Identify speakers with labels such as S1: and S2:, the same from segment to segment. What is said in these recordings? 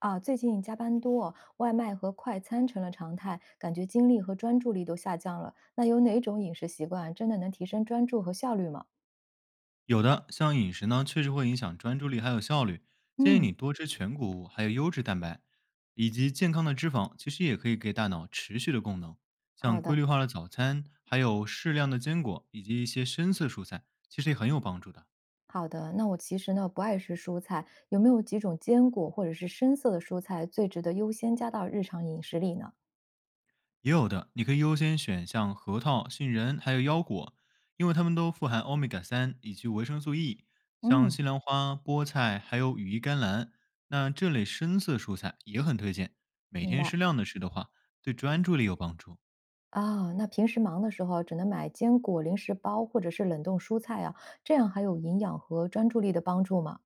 S1: 啊，最近加班多，外卖和快餐成了常态，感觉精力和专注力都下降了。那有哪种饮食习惯真的能提升专注和效率吗？
S2: 有的，像饮食呢，确实会影响专注力还有效率。建议
S1: 嗯，
S2: 你多吃全谷物，还有优质蛋白，以及健康的脂肪，其实也可以给大脑持续的功能。
S1: 好
S2: 像
S1: 的，
S2: 规律化的早餐，还有适量的坚果，以及一些深色蔬菜，其实也很有帮助的。
S1: 好的。那我其实呢不爱吃蔬菜，有没有几种坚果或者是深色的蔬菜最值得优先加到日常饮食里呢？
S2: 也有的，你可以优先选像核桃、杏仁还有腰果，因为它们都富含欧米伽3以及维生素 E。像
S1: 嗯，
S2: 西兰花、菠菜还有羽衣甘蓝，那这类深色蔬菜也很推荐。每
S1: 明
S2: 天
S1: 白。
S2: 适量的吃的话，对专注力有帮助。
S1: 啊，那平时忙的时候只能买坚果零食包或者是冷冻蔬菜啊，这样还有营养和专注力的帮助吗？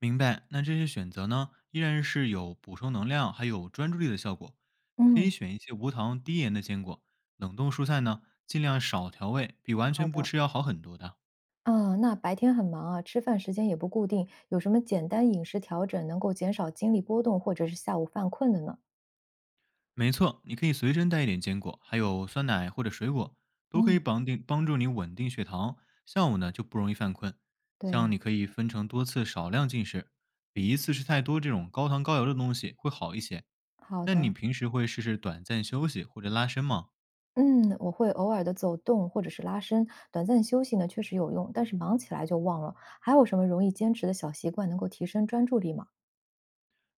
S2: 明白？那这些选择呢，依然是有补充能量还有专注力的效果。可
S1: 嗯，
S2: 以选一些无糖低盐的坚果，冷冻蔬菜呢，尽量少调味，比完
S1: 好
S2: 全不
S1: 的。
S2: 吃要好很多的。
S1: 啊，那白天很忙啊，吃饭时间也不固定，有什么简单饮食调整能够减少精力波动或者是下午犯困的呢？
S2: 没错，你可以随身带一点坚果，还有酸奶或者水果，都可以
S1: 嗯，
S2: 绑定帮助你稳定血糖，下午呢就不容易犯困。像
S1: 对，
S2: 你可以分成多次少量进食，比一次吃太多这种高糖高油的东西会好一些。
S1: 好
S2: 那你
S1: 的。
S2: 平时会试试短暂休息或者拉伸吗？
S1: 嗯，我会偶尔的走动或者是拉伸，短暂休息呢确实有用，但是忙起来就忘了。还有什么容易坚持的小习惯能够提升专注力吗？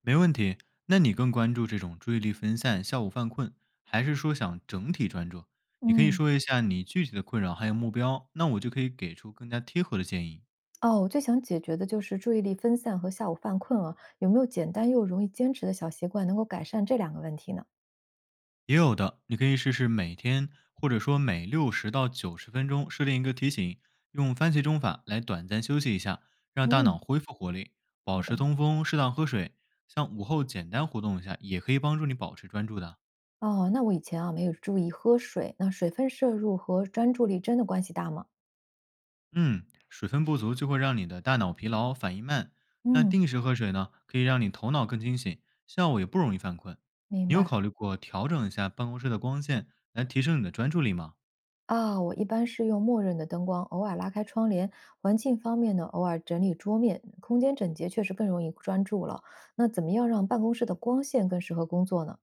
S2: 没问题。那你更关注这种注意力分散、下午犯困，还是说想整体专注？你可以
S1: 嗯，
S2: 说一下你具体的困扰还有目标，那我就可以给出更加贴合的建议。
S1: 哦，我最想解决的就是注意力分散和下午犯困啊，有没有简单又容易坚持的小习惯能够改善这两个问题呢？
S2: 也有的，你可以试试每天或者说每六十到九十分钟设定一个提醒，用番茄钟法来短暂休息一下，让大
S1: 嗯，
S2: 脑恢复活力，
S1: 好
S2: 保
S1: 的。
S2: 持通风，适当喝水。像午后简单活动一下，也可以帮助你保持专注的。
S1: 哦，那我以前啊没有注意喝水，那水分摄入和专注力真的关系大吗？
S2: 嗯，水分不足就会让你的大脑疲劳，反应慢。那
S1: 嗯，
S2: 定时喝水呢，可以让你头脑更清醒，下午也不容易犯困。
S1: 明
S2: 你有
S1: 白。
S2: 考虑过调整一下办公室的光线，来提升你的专注力吗？
S1: 啊，我一般是用默认的灯光，偶尔拉开窗帘。环境方面呢，偶尔整理桌面，空间整洁确实更容易专注了。那怎么样让办公室的光线更适合工作呢？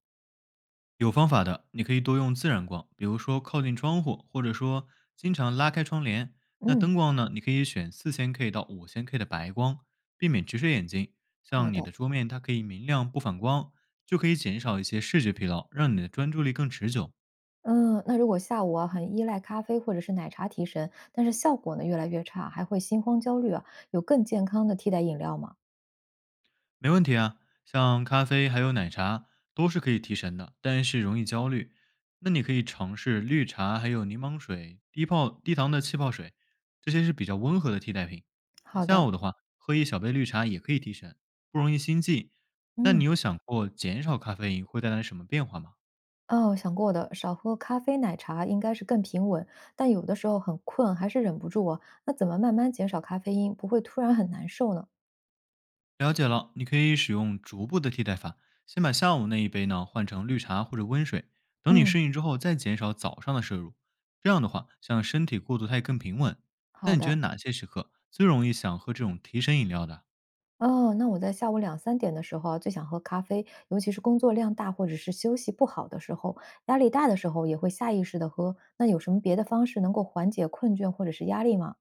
S2: 有方法的，你可以多用自然光，比如说靠近窗户，或者说经常拉开窗帘。那
S1: 嗯，
S2: 灯光呢，你可以选4000 K 到5000 K 的白光，避免直射眼睛。
S1: 好
S2: 像你
S1: 的，
S2: 的桌面，它可以明亮不反光，就可以减少一些视觉疲劳，让你的专注力更持久。
S1: 嗯，那如果下午啊很依赖咖啡或者是奶茶提神，但是效果呢越来越差，还会心慌焦虑啊，有更健康的替代饮料吗？
S2: 没问题啊，像咖啡还有奶茶都是可以提神的，但是容易焦虑。那你可以尝试绿茶，还有柠檬水、低泡低糖的气泡水，这些是比较温和的替代品。那
S1: 好
S2: 下
S1: 的。
S2: 午的话，喝一小杯绿茶也可以提神，不容易心悸。那你
S1: 嗯，
S2: 有想过减少咖啡因会带来什么变化吗？
S1: 哦，想过的，少喝咖啡、奶茶应该是更平稳，但有的时候很困，还是忍不住啊。那怎么慢慢减少咖啡因，不会突然很难受呢？
S2: 了解了，你可以使用逐步的替代法，先把下午那一杯呢换成绿茶或者温水，等你
S1: 嗯，
S2: 适应之后再减少早上的摄入。这样的话，像身体过渡它也更平稳。
S1: 好
S2: 那你觉
S1: 的。
S2: 得哪些时刻最容易想喝这种提神饮料的？
S1: 哦，那我在下午两三点的时候啊，最想喝咖啡，尤其是工作量大或者是休息不好的时候，压力大的时候也会下意识的喝。那有什么别的方式能够缓解困倦或者是压力吗？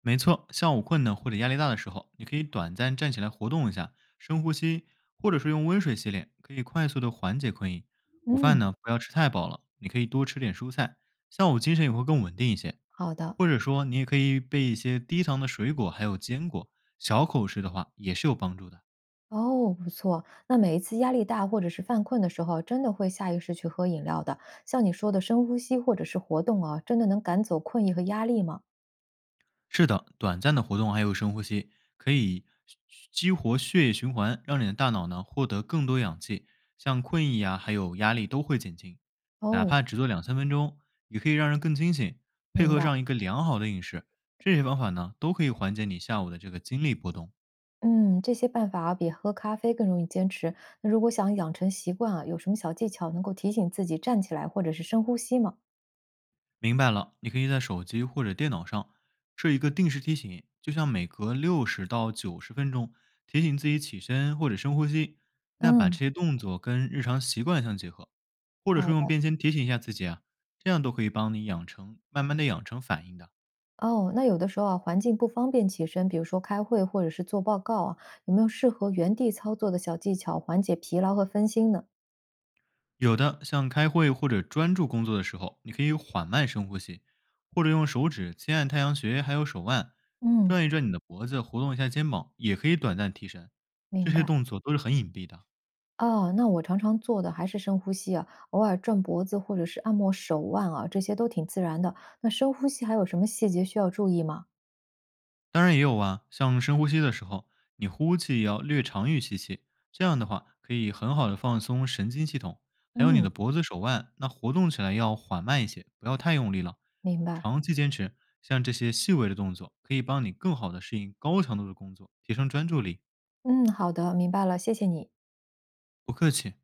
S2: 没错，下午困呢或者压力大的时候，你可以短暂站起来活动一下，深呼吸，或者是用温水洗脸，可以快速的缓解困意。午饭
S1: 嗯，
S2: 呢，不要吃太饱了，你可以多吃点蔬菜，下午精神也会更稳定一些。
S1: 好的。
S2: 或者说，你也可以备一些低糖的水果，还有坚果，小口吃的话也是有帮助的。
S1: 哦，不错。那每一次压力大或者是犯困的时候，真的会下意识去喝饮料的。像你说的深呼吸或者是活动啊，真的能赶走困意和压力吗？
S2: 是的，短暂的活动还有深呼吸，可以激活血液循环，让你的大脑呢获得更多氧气，像困意啊，还有压力都会减轻。哪
S1: 哦，
S2: 怕只做2、3分钟，也可以让人更清醒。配
S1: 明
S2: 合
S1: 白。
S2: 上一个良好的饮食，这些方法呢都可以缓解你下午的这个精力波动。
S1: 嗯，这些办法啊比喝咖啡更容易坚持。那如果想养成习惯啊，有什么小技巧能够提醒自己站起来或者是深呼吸吗？
S2: 明白了，你可以在手机或者电脑上设一个定时提醒，就像每隔六十到九十分钟提醒自己起身或者深呼吸。那把这
S1: 嗯，
S2: 些动作跟日常习惯相结合，或者
S1: 好
S2: 说用
S1: 的。
S2: 便签提醒一下自己啊，这样都可以帮你养成慢慢的养成反应的。
S1: 哦，那有的时候啊，环境不方便起身，比如说开会或者是做报告啊，有没有适合原地操作的小技巧，缓解疲劳和分心呢？
S2: 有的像开会或者专注工作的时候，你可以缓慢深呼吸，或者用手指轻按太阳穴，还有手腕
S1: 嗯，
S2: 转一转你的脖子，活动一下肩膀，也可以短暂提神。这
S1: 明
S2: 些
S1: 白。
S2: 动作都是很隐蔽的。
S1: 哦，那我常常做的还是深呼吸啊，偶尔转脖子或者是按摩手腕啊，这些都挺自然的。那深呼吸还有什么细节需要注意吗？
S2: 当然也有啊，像深呼吸的时候，你呼气也要略长于吸气，这样的话可以很好的放松神经系统，还有你
S1: 嗯，
S2: 的脖子、手腕，那活动起来要缓慢一些，不要太用力了。
S1: 明白。
S2: 长期坚持，像这些细微的动作，可以帮你更好的适应高强度的工作，提升专注力。
S1: 嗯，好的，明白了，谢谢你。
S2: 不客气。